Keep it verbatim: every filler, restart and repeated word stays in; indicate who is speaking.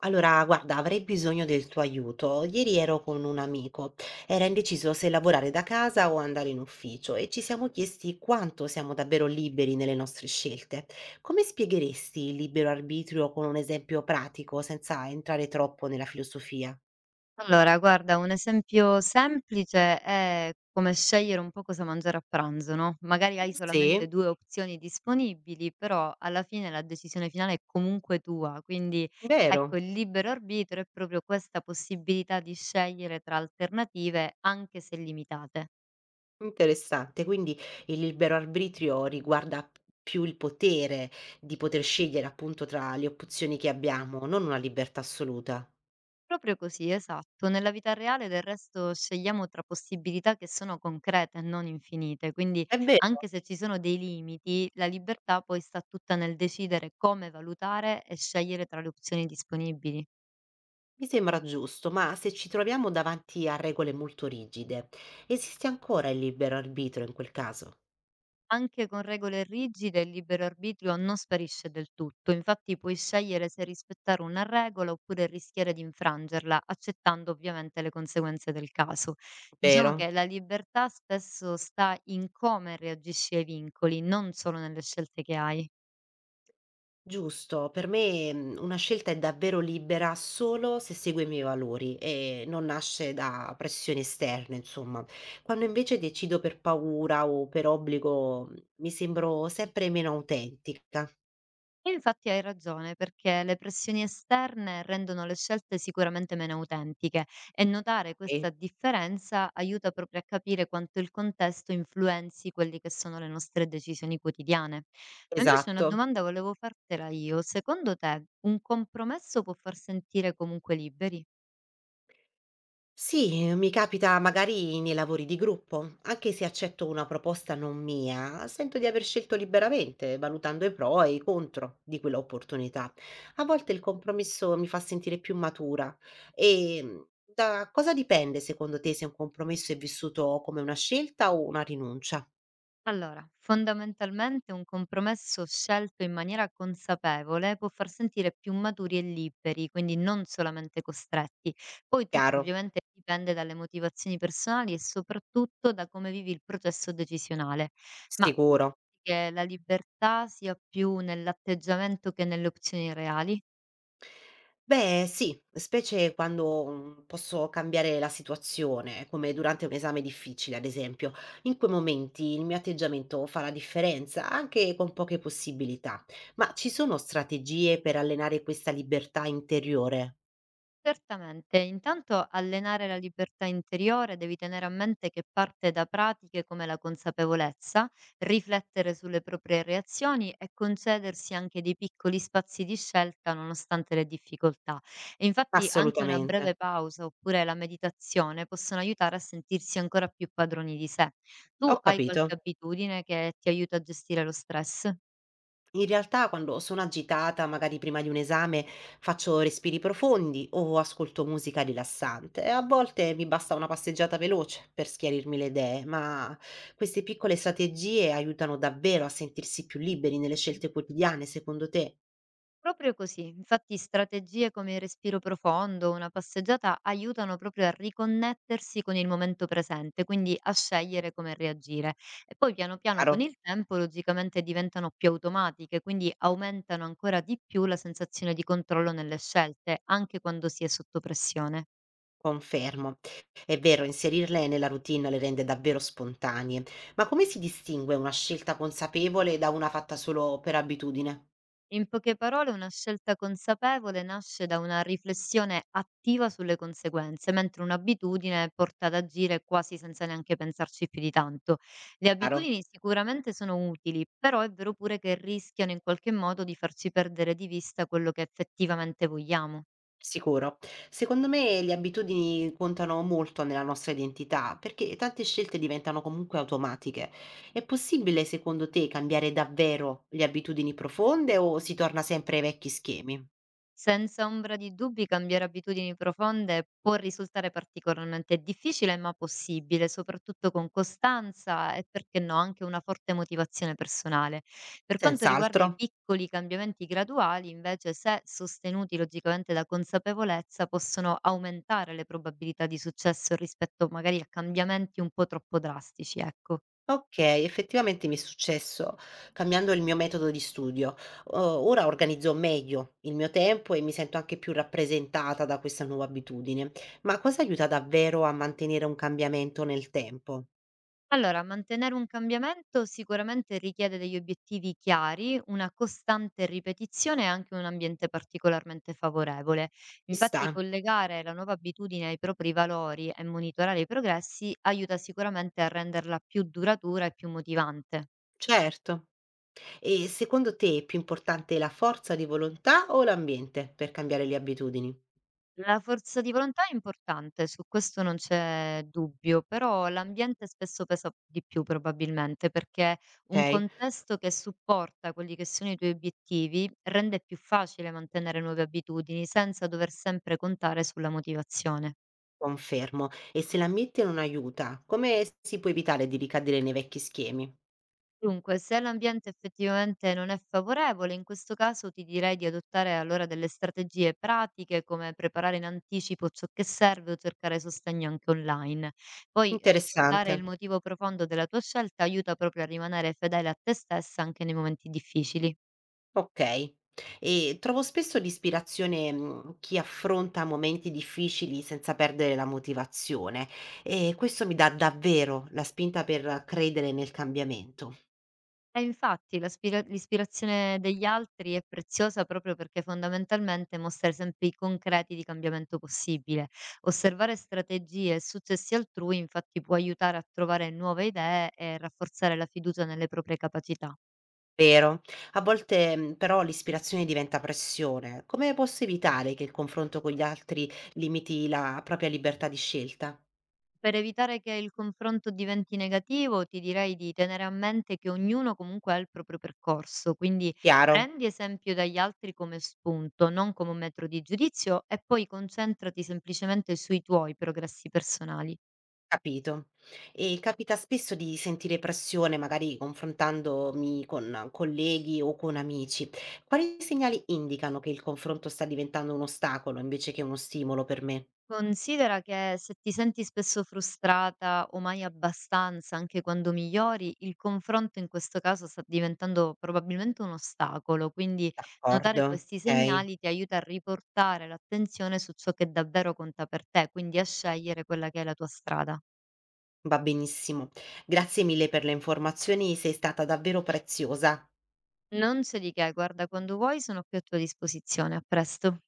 Speaker 1: Allora, guarda, avrei bisogno del tuo aiuto. Ieri ero con un amico, era indeciso se lavorare da casa o andare in ufficio e ci siamo chiesti quanto siamo davvero liberi nelle nostre scelte. Come spiegheresti il libero arbitrio con un esempio pratico, senza entrare troppo nella filosofia?
Speaker 2: Allora, guarda, un esempio semplice è come scegliere un po' cosa mangiare a pranzo, no, magari hai
Speaker 1: Sì,
Speaker 2: solamente due opzioni disponibili, però alla fine la decisione finale è comunque tua, quindi ecco,
Speaker 1: vero,
Speaker 2: il libero arbitrio è proprio questa possibilità di scegliere tra alternative, anche se limitate.
Speaker 1: interessante. Quindi il libero arbitrio riguarda più il potere di poter scegliere appunto tra le opzioni che abbiamo, non una libertà assoluta.
Speaker 2: Proprio così, esatto. Nella vita reale del resto scegliamo tra possibilità che sono concrete e non infinite, quindi
Speaker 1: È vero.
Speaker 2: anche se ci sono dei limiti, la libertà poi sta tutta nel decidere come valutare e scegliere tra le opzioni disponibili.
Speaker 1: Mi sembra giusto, ma se ci troviamo davanti a regole molto rigide, esiste ancora il libero arbitrio in quel caso?
Speaker 2: Anche con regole rigide, il libero arbitrio non sparisce del tutto, infatti puoi scegliere se rispettare una regola oppure rischiare di infrangerla, accettando ovviamente le conseguenze del caso. Diciamo
Speaker 1: Vero?
Speaker 2: che la libertà spesso sta in come reagisci ai vincoli, non solo nelle scelte che hai.
Speaker 1: Giusto, per me mm, una scelta è davvero libera solo se segue i miei valori e non nasce da pressioni esterne, insomma. Quando invece decido per paura o per obbligo, mm, mi sembro sempre meno autentica.
Speaker 2: E infatti hai ragione, perché le pressioni esterne rendono le scelte sicuramente meno autentiche e notare
Speaker 1: Sì,
Speaker 2: questa differenza aiuta proprio a capire quanto il contesto influenzi quelle che sono le nostre decisioni quotidiane. Ma invece una
Speaker 1: esatto.
Speaker 2: domanda volevo fartela io. Secondo te un compromesso può far sentire comunque liberi?
Speaker 1: Sì, mi capita magari nei lavori di gruppo, anche se accetto una proposta non mia, sento di aver scelto liberamente, valutando i pro e i contro di quell'opportunità. A volte il compromesso mi fa sentire più matura. E mm, Da cosa dipende secondo te se un compromesso è vissuto come una scelta o una rinuncia?
Speaker 2: Allora, fondamentalmente un compromesso scelto in maniera consapevole può far sentire più maturi e liberi, quindi non solamente costretti. Poi tutto
Speaker 1: Chiaro,
Speaker 2: ovviamente dipende dalle motivazioni personali e soprattutto da come vivi il processo decisionale. Ma tu
Speaker 1: sicuro.
Speaker 2: pensi che la libertà sia più nell'atteggiamento che nelle opzioni reali?
Speaker 1: Beh, sì, specie quando, mhmm, posso cambiare la situazione, come durante un esame difficile, ad esempio. In quei momenti il mio atteggiamento fa la differenza, anche con poche possibilità. Ma ci sono strategie per allenare questa libertà interiore?
Speaker 2: Certamente, intanto allenare la libertà interiore devi tenere a mente che parte da pratiche come la consapevolezza, riflettere sulle proprie reazioni e concedersi anche dei piccoli spazi di scelta nonostante le difficoltà. E infatti anche una breve
Speaker 1: Assolutamente.
Speaker 2: pausa oppure la meditazione possono aiutare a sentirsi ancora più padroni di sé. Tu
Speaker 1: Ho
Speaker 2: hai
Speaker 1: capito.
Speaker 2: qualche abitudine che ti aiuta a gestire lo stress?
Speaker 1: In realtà quando sono agitata, magari prima di un esame, faccio respiri profondi o ascolto musica rilassante. E a volte mi basta una passeggiata veloce per schiarirmi le idee, ma queste piccole strategie aiutano davvero a sentirsi più liberi nelle scelte quotidiane, secondo te?
Speaker 2: Proprio così, infatti strategie come il respiro profondo, o una passeggiata aiutano proprio a riconnettersi con il momento presente, quindi a scegliere come reagire. E poi piano piano con
Speaker 1: Chiaro,
Speaker 2: il tempo logicamente diventano più automatiche, quindi aumentano ancora di più la sensazione di controllo nelle scelte, anche quando si è sotto pressione.
Speaker 1: confermo. È vero, inserirle nella routine le rende davvero spontanee, ma come si distingue una scelta consapevole da una fatta solo per abitudine?
Speaker 2: In poche parole, una scelta consapevole nasce da una riflessione attiva sulle conseguenze, mentre un'abitudine porta ad agire quasi senza neanche pensarci più di tanto. Le
Speaker 1: Chiaro?
Speaker 2: abitudini sicuramente sono utili, però è vero pure che rischiano in qualche modo di farci perdere di vista quello che effettivamente vogliamo.
Speaker 1: Sicuro. Secondo me le abitudini contano molto nella nostra identità, perché tante scelte diventano comunque automatiche. È possibile, secondo te, cambiare davvero le abitudini profonde o si torna sempre ai vecchi schemi?
Speaker 2: Senza ombra di dubbi cambiare abitudini profonde può risultare particolarmente difficile, ma possibile, soprattutto con costanza e perché no, anche una forte motivazione personale. Per quanto riguarda i
Speaker 1: Senz'altro.
Speaker 2: piccoli cambiamenti graduali, invece, se sostenuti logicamente da consapevolezza, possono aumentare le probabilità di successo rispetto magari a cambiamenti un po' troppo drastici, ecco.
Speaker 1: Ok, effettivamente mi è successo cambiando il mio metodo di studio. O- ora organizzo meglio il mio tempo e mi sento anche più rappresentata da questa nuova abitudine. Ma cosa aiuta davvero a mantenere un cambiamento nel tempo?
Speaker 2: Allora, mantenere un cambiamento sicuramente richiede degli obiettivi chiari, una costante ripetizione e anche un ambiente particolarmente favorevole.
Speaker 1: Ci
Speaker 2: Infatti,
Speaker 1: sta?
Speaker 2: collegare la nuova abitudine ai propri valori e monitorare i progressi aiuta sicuramente a renderla più duratura e più motivante.
Speaker 1: Certo. E secondo te è più importante la forza di volontà o l'ambiente per cambiare le abitudini?
Speaker 2: La forza di volontà è importante, su questo non c'è dubbio, però l'ambiente spesso pesa di più probabilmente, perché un
Speaker 1: Okay,
Speaker 2: contesto che supporta quelli che sono i tuoi obiettivi rende più facile mantenere nuove abitudini senza dover sempre contare sulla motivazione.
Speaker 1: confermo. E se l'ambiente non aiuta, come si può evitare di ricadere nei vecchi schemi?
Speaker 2: Dunque, se l'ambiente effettivamente non è favorevole, in questo caso ti direi di adottare allora delle strategie pratiche come preparare in anticipo ciò che serve o cercare sostegno anche online. Poi eh,
Speaker 1: Interessante.
Speaker 2: ricordare il motivo profondo della tua scelta aiuta proprio a rimanere fedele a te stessa anche nei momenti difficili.
Speaker 1: Okay. E trovo spesso di ispirazione, mhmm, chi affronta momenti difficili senza perdere la motivazione e questo mi dà davvero la spinta per credere nel cambiamento.
Speaker 2: Eh infatti, la spira l'ispirazione degli altri è preziosa proprio perché fondamentalmente mostra esempi concreti di cambiamento possibile. Osservare strategie e successi altrui infatti può aiutare a trovare nuove idee e rafforzare la fiducia nelle proprie capacità.
Speaker 1: Vero. A volte, mhmm, però l'ispirazione diventa pressione. Come posso evitare che il confronto con gli altri limiti la propria libertà di scelta?
Speaker 2: Per evitare che il confronto diventi negativo, ti direi di tenere a mente che ognuno comunque ha il proprio percorso, quindi
Speaker 1: Chiaro,
Speaker 2: prendi esempio dagli altri come spunto, non come un metro di giudizio e poi concentrati semplicemente sui tuoi progressi personali.
Speaker 1: capito. E capita spesso di sentire pressione, magari confrontandomi con colleghi o con amici. Quali segnali indicano che il confronto sta diventando un ostacolo invece che uno stimolo per me?
Speaker 2: Considera che se ti senti spesso frustrata o mai abbastanza, anche quando migliori, il confronto in questo caso sta diventando probabilmente un ostacolo, quindi notare
Speaker 1: D'accordo,
Speaker 2: questi
Speaker 1: okay,
Speaker 2: segnali ti aiuta a riportare l'attenzione su ciò che davvero conta per te, quindi a scegliere quella che è la tua strada.
Speaker 1: va benissimo. Grazie mille per le informazioni, sei stata davvero preziosa.
Speaker 2: Non c'è di che, guarda, quando vuoi sono qui a tua disposizione, a presto.